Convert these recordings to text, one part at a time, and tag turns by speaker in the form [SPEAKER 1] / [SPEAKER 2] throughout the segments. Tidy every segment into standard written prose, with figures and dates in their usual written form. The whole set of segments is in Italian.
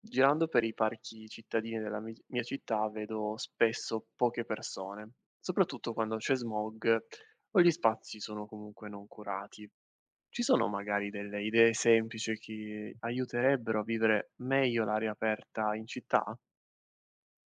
[SPEAKER 1] Girando per i parchi cittadini della mia città vedo spesso poche persone, soprattutto quando c'è smog o gli spazi sono comunque non curati. Ci sono magari delle idee semplici che aiuterebbero a vivere meglio l'aria aperta in città?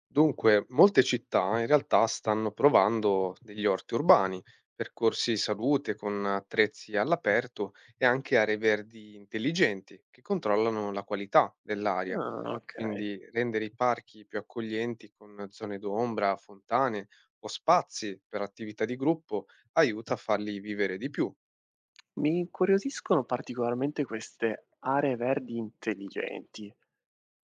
[SPEAKER 2] Dunque, molte città in realtà stanno provando degli orti urbani, percorsi di salute con attrezzi all'aperto e anche aree verdi intelligenti che controllano la qualità dell'aria.
[SPEAKER 1] Ah, ok.
[SPEAKER 2] Quindi rendere i parchi più accoglienti con zone d'ombra, fontane o spazi per attività di gruppo aiuta a farli vivere di più.
[SPEAKER 1] Mi incuriosiscono particolarmente queste aree verdi intelligenti.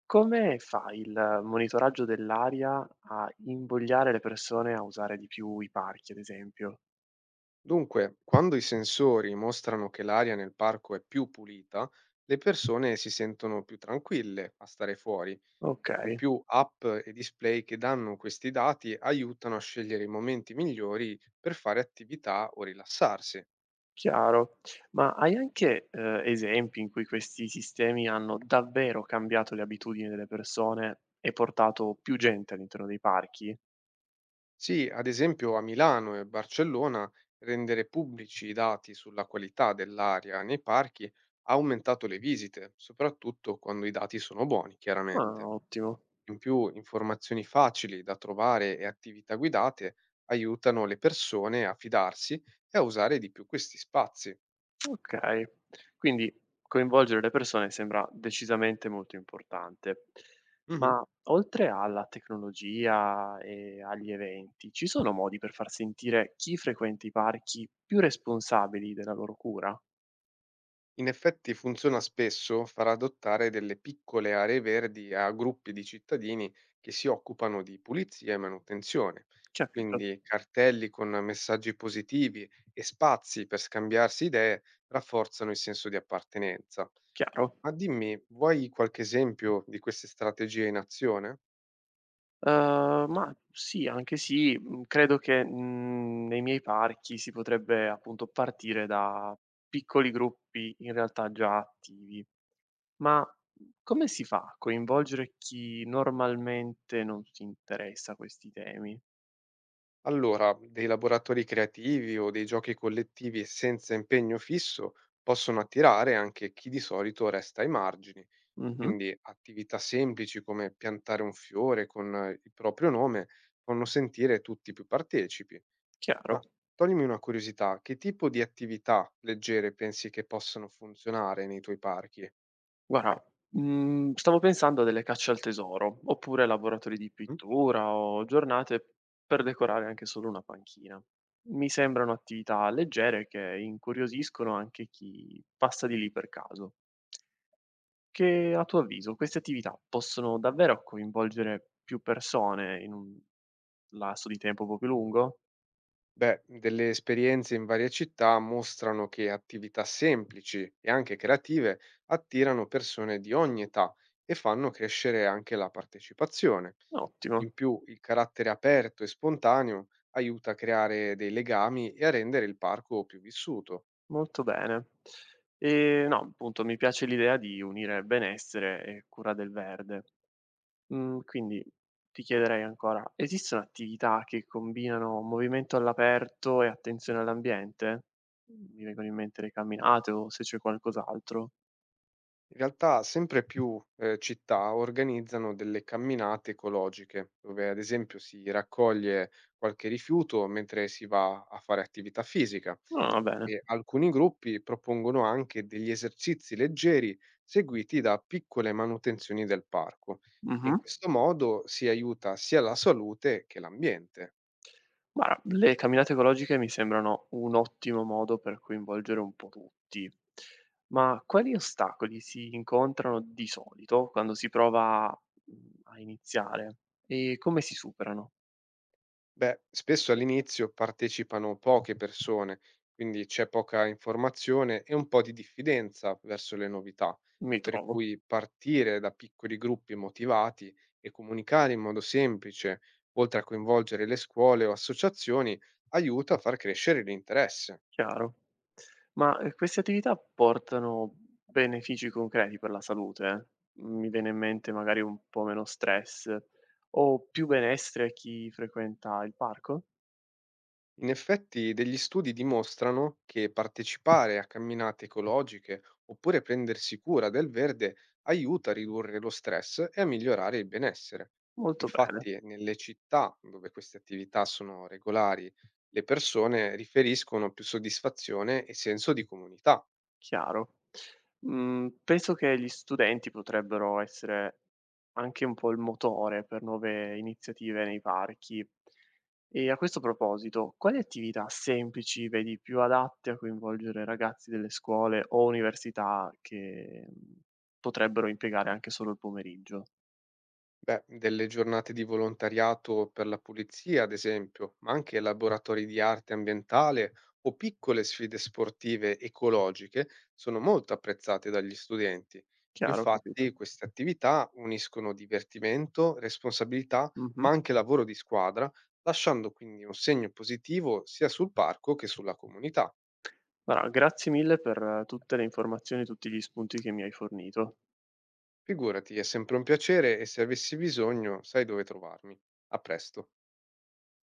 [SPEAKER 1] Come fa il monitoraggio dell'aria a invogliare le persone a usare di più i parchi, ad esempio?
[SPEAKER 2] Dunque, quando i sensori mostrano che l'aria nel parco è più pulita, le persone si sentono più tranquille a stare fuori. In
[SPEAKER 1] Okay,
[SPEAKER 2] più app e display che danno questi dati aiutano a scegliere i momenti migliori per fare attività o rilassarsi.
[SPEAKER 1] chiaro. Ma hai anche, esempi in cui questi sistemi hanno davvero cambiato le abitudini delle persone e portato più gente all'interno dei parchi?
[SPEAKER 2] Sì, ad esempio a Milano e Barcellona rendere pubblici i dati sulla qualità dell'aria nei parchi ha aumentato le visite, soprattutto quando i dati sono buoni,
[SPEAKER 1] Ah,
[SPEAKER 2] chiaramente.
[SPEAKER 1] ottimo.
[SPEAKER 2] In più, informazioni facili da trovare e attività guidate aiutano le persone a fidarsi e a usare di più questi spazi.
[SPEAKER 1] Okay. Quindi coinvolgere le persone sembra decisamente molto importante.
[SPEAKER 2] Mhm.
[SPEAKER 1] Ma oltre alla tecnologia e agli eventi, ci sono modi per far sentire chi frequenta i parchi più responsabili della loro cura?
[SPEAKER 2] In effetti funziona spesso far adottare delle piccole aree verdi a gruppi di cittadini che si occupano di pulizia e manutenzione,
[SPEAKER 1] Capito,
[SPEAKER 2] quindi cartelli con messaggi positivi e spazi per scambiarsi idee rafforzano il senso di appartenenza.
[SPEAKER 1] chiaro.
[SPEAKER 2] Ma dimmi, vuoi qualche esempio di queste strategie in azione?
[SPEAKER 1] Ma sì, anche sì. Mhmm, Credo che, nei miei parchi si potrebbe appunto partire da piccoli gruppi in realtà già attivi. Ma come si fa a coinvolgere chi normalmente non si interessa a questi temi?
[SPEAKER 2] Allora, dei laboratori creativi o dei giochi collettivi senza impegno fisso possono attirare anche chi di solito resta ai margini.
[SPEAKER 1] Mh-mh,
[SPEAKER 2] Quindi attività semplici come piantare un fiore con il proprio nome fanno sentire tutti più partecipi.
[SPEAKER 1] chiaro.
[SPEAKER 2] Ma toglimi una curiosità, che tipo di attività leggere pensi che possano funzionare nei tuoi parchi?
[SPEAKER 1] Guarda, stavo pensando a delle cacce al tesoro, oppure laboratori di
[SPEAKER 2] Mm?
[SPEAKER 1] pittura o giornate per decorare anche solo una panchina. Mi sembrano attività leggere che incuriosiscono anche chi passa di lì per caso. Che a tuo avviso queste attività possono davvero coinvolgere più persone in un lasso di tempo un po' più lungo?
[SPEAKER 2] Beh, delle esperienze in varie città mostrano che attività semplici e anche creative attirano persone di ogni età e fanno crescere anche la partecipazione.
[SPEAKER 1] Ottimo,
[SPEAKER 2] In più il carattere aperto e spontaneo aiuta a creare dei legami e a rendere il parco più vissuto.
[SPEAKER 1] molto bene. No, appunto mi piace l'idea di unire benessere e cura del verde. Quindi ti chiederei ancora: esistono attività che combinano movimento all'aperto e attenzione all'ambiente? Mi vengono in mente le camminate o se c'è qualcos'altro.
[SPEAKER 2] In realtà sempre più città organizzano delle camminate ecologiche, dove ad esempio si raccoglie qualche rifiuto mentre si va a fare attività fisica
[SPEAKER 1] Ah, va bene.
[SPEAKER 2] e alcuni gruppi propongono anche degli esercizi leggeri seguiti da piccole manutenzioni del parco. In
[SPEAKER 1] Mh-mh.
[SPEAKER 2] questo modo si aiuta sia la salute che l'ambiente.
[SPEAKER 1] Guarda, le camminate ecologiche mi sembrano un ottimo modo per coinvolgere un po' tutti. Ma quali ostacoli si incontrano di solito quando si prova, a iniziare e come si superano?
[SPEAKER 2] Beh, spesso all'inizio partecipano poche persone, quindi c'è poca informazione e un po' di diffidenza verso le novità,
[SPEAKER 1] Mi
[SPEAKER 2] per
[SPEAKER 1] trovo.
[SPEAKER 2] cui partire da piccoli gruppi motivati e comunicare in modo semplice, oltre a coinvolgere le scuole o associazioni, aiuta a far crescere l'interesse.
[SPEAKER 1] Chiaro. Ma, queste attività portano benefici concreti per la salute? Mi viene in mente magari un po' meno stress o più benessere a chi frequenta il parco?
[SPEAKER 2] In effetti, degli studi dimostrano che partecipare a camminate ecologiche oppure prendersi cura del verde aiuta a ridurre lo stress e a migliorare il benessere.
[SPEAKER 1] Molto bene.
[SPEAKER 2] Infatti, nelle città dove queste attività sono regolari, le persone riferiscono più soddisfazione e senso di comunità.
[SPEAKER 1] Chiaro. Penso che gli studenti potrebbero essere anche un po' il motore per nuove iniziative nei parchi. E a questo proposito, quali attività semplici vedi più adatte a coinvolgere ragazzi delle scuole o università che, potrebbero impiegare anche solo il pomeriggio?
[SPEAKER 2] Beh, delle giornate di volontariato per la pulizia, ad esempio, ma anche laboratori di arte ambientale o piccole sfide sportive ecologiche sono molto apprezzate dagli studenti.
[SPEAKER 1] Chiaro, ho capito.
[SPEAKER 2] Infatti, queste attività uniscono divertimento, responsabilità, ma
[SPEAKER 1] Mh-mh.
[SPEAKER 2] anche lavoro di squadra, lasciando quindi un segno positivo sia sul parco che sulla comunità.
[SPEAKER 1] Guarda, grazie mille per tutte le informazioni e tutti gli spunti che mi hai fornito.
[SPEAKER 2] Figurati, è sempre un piacere e se avessi bisogno, sai dove trovarmi. A presto.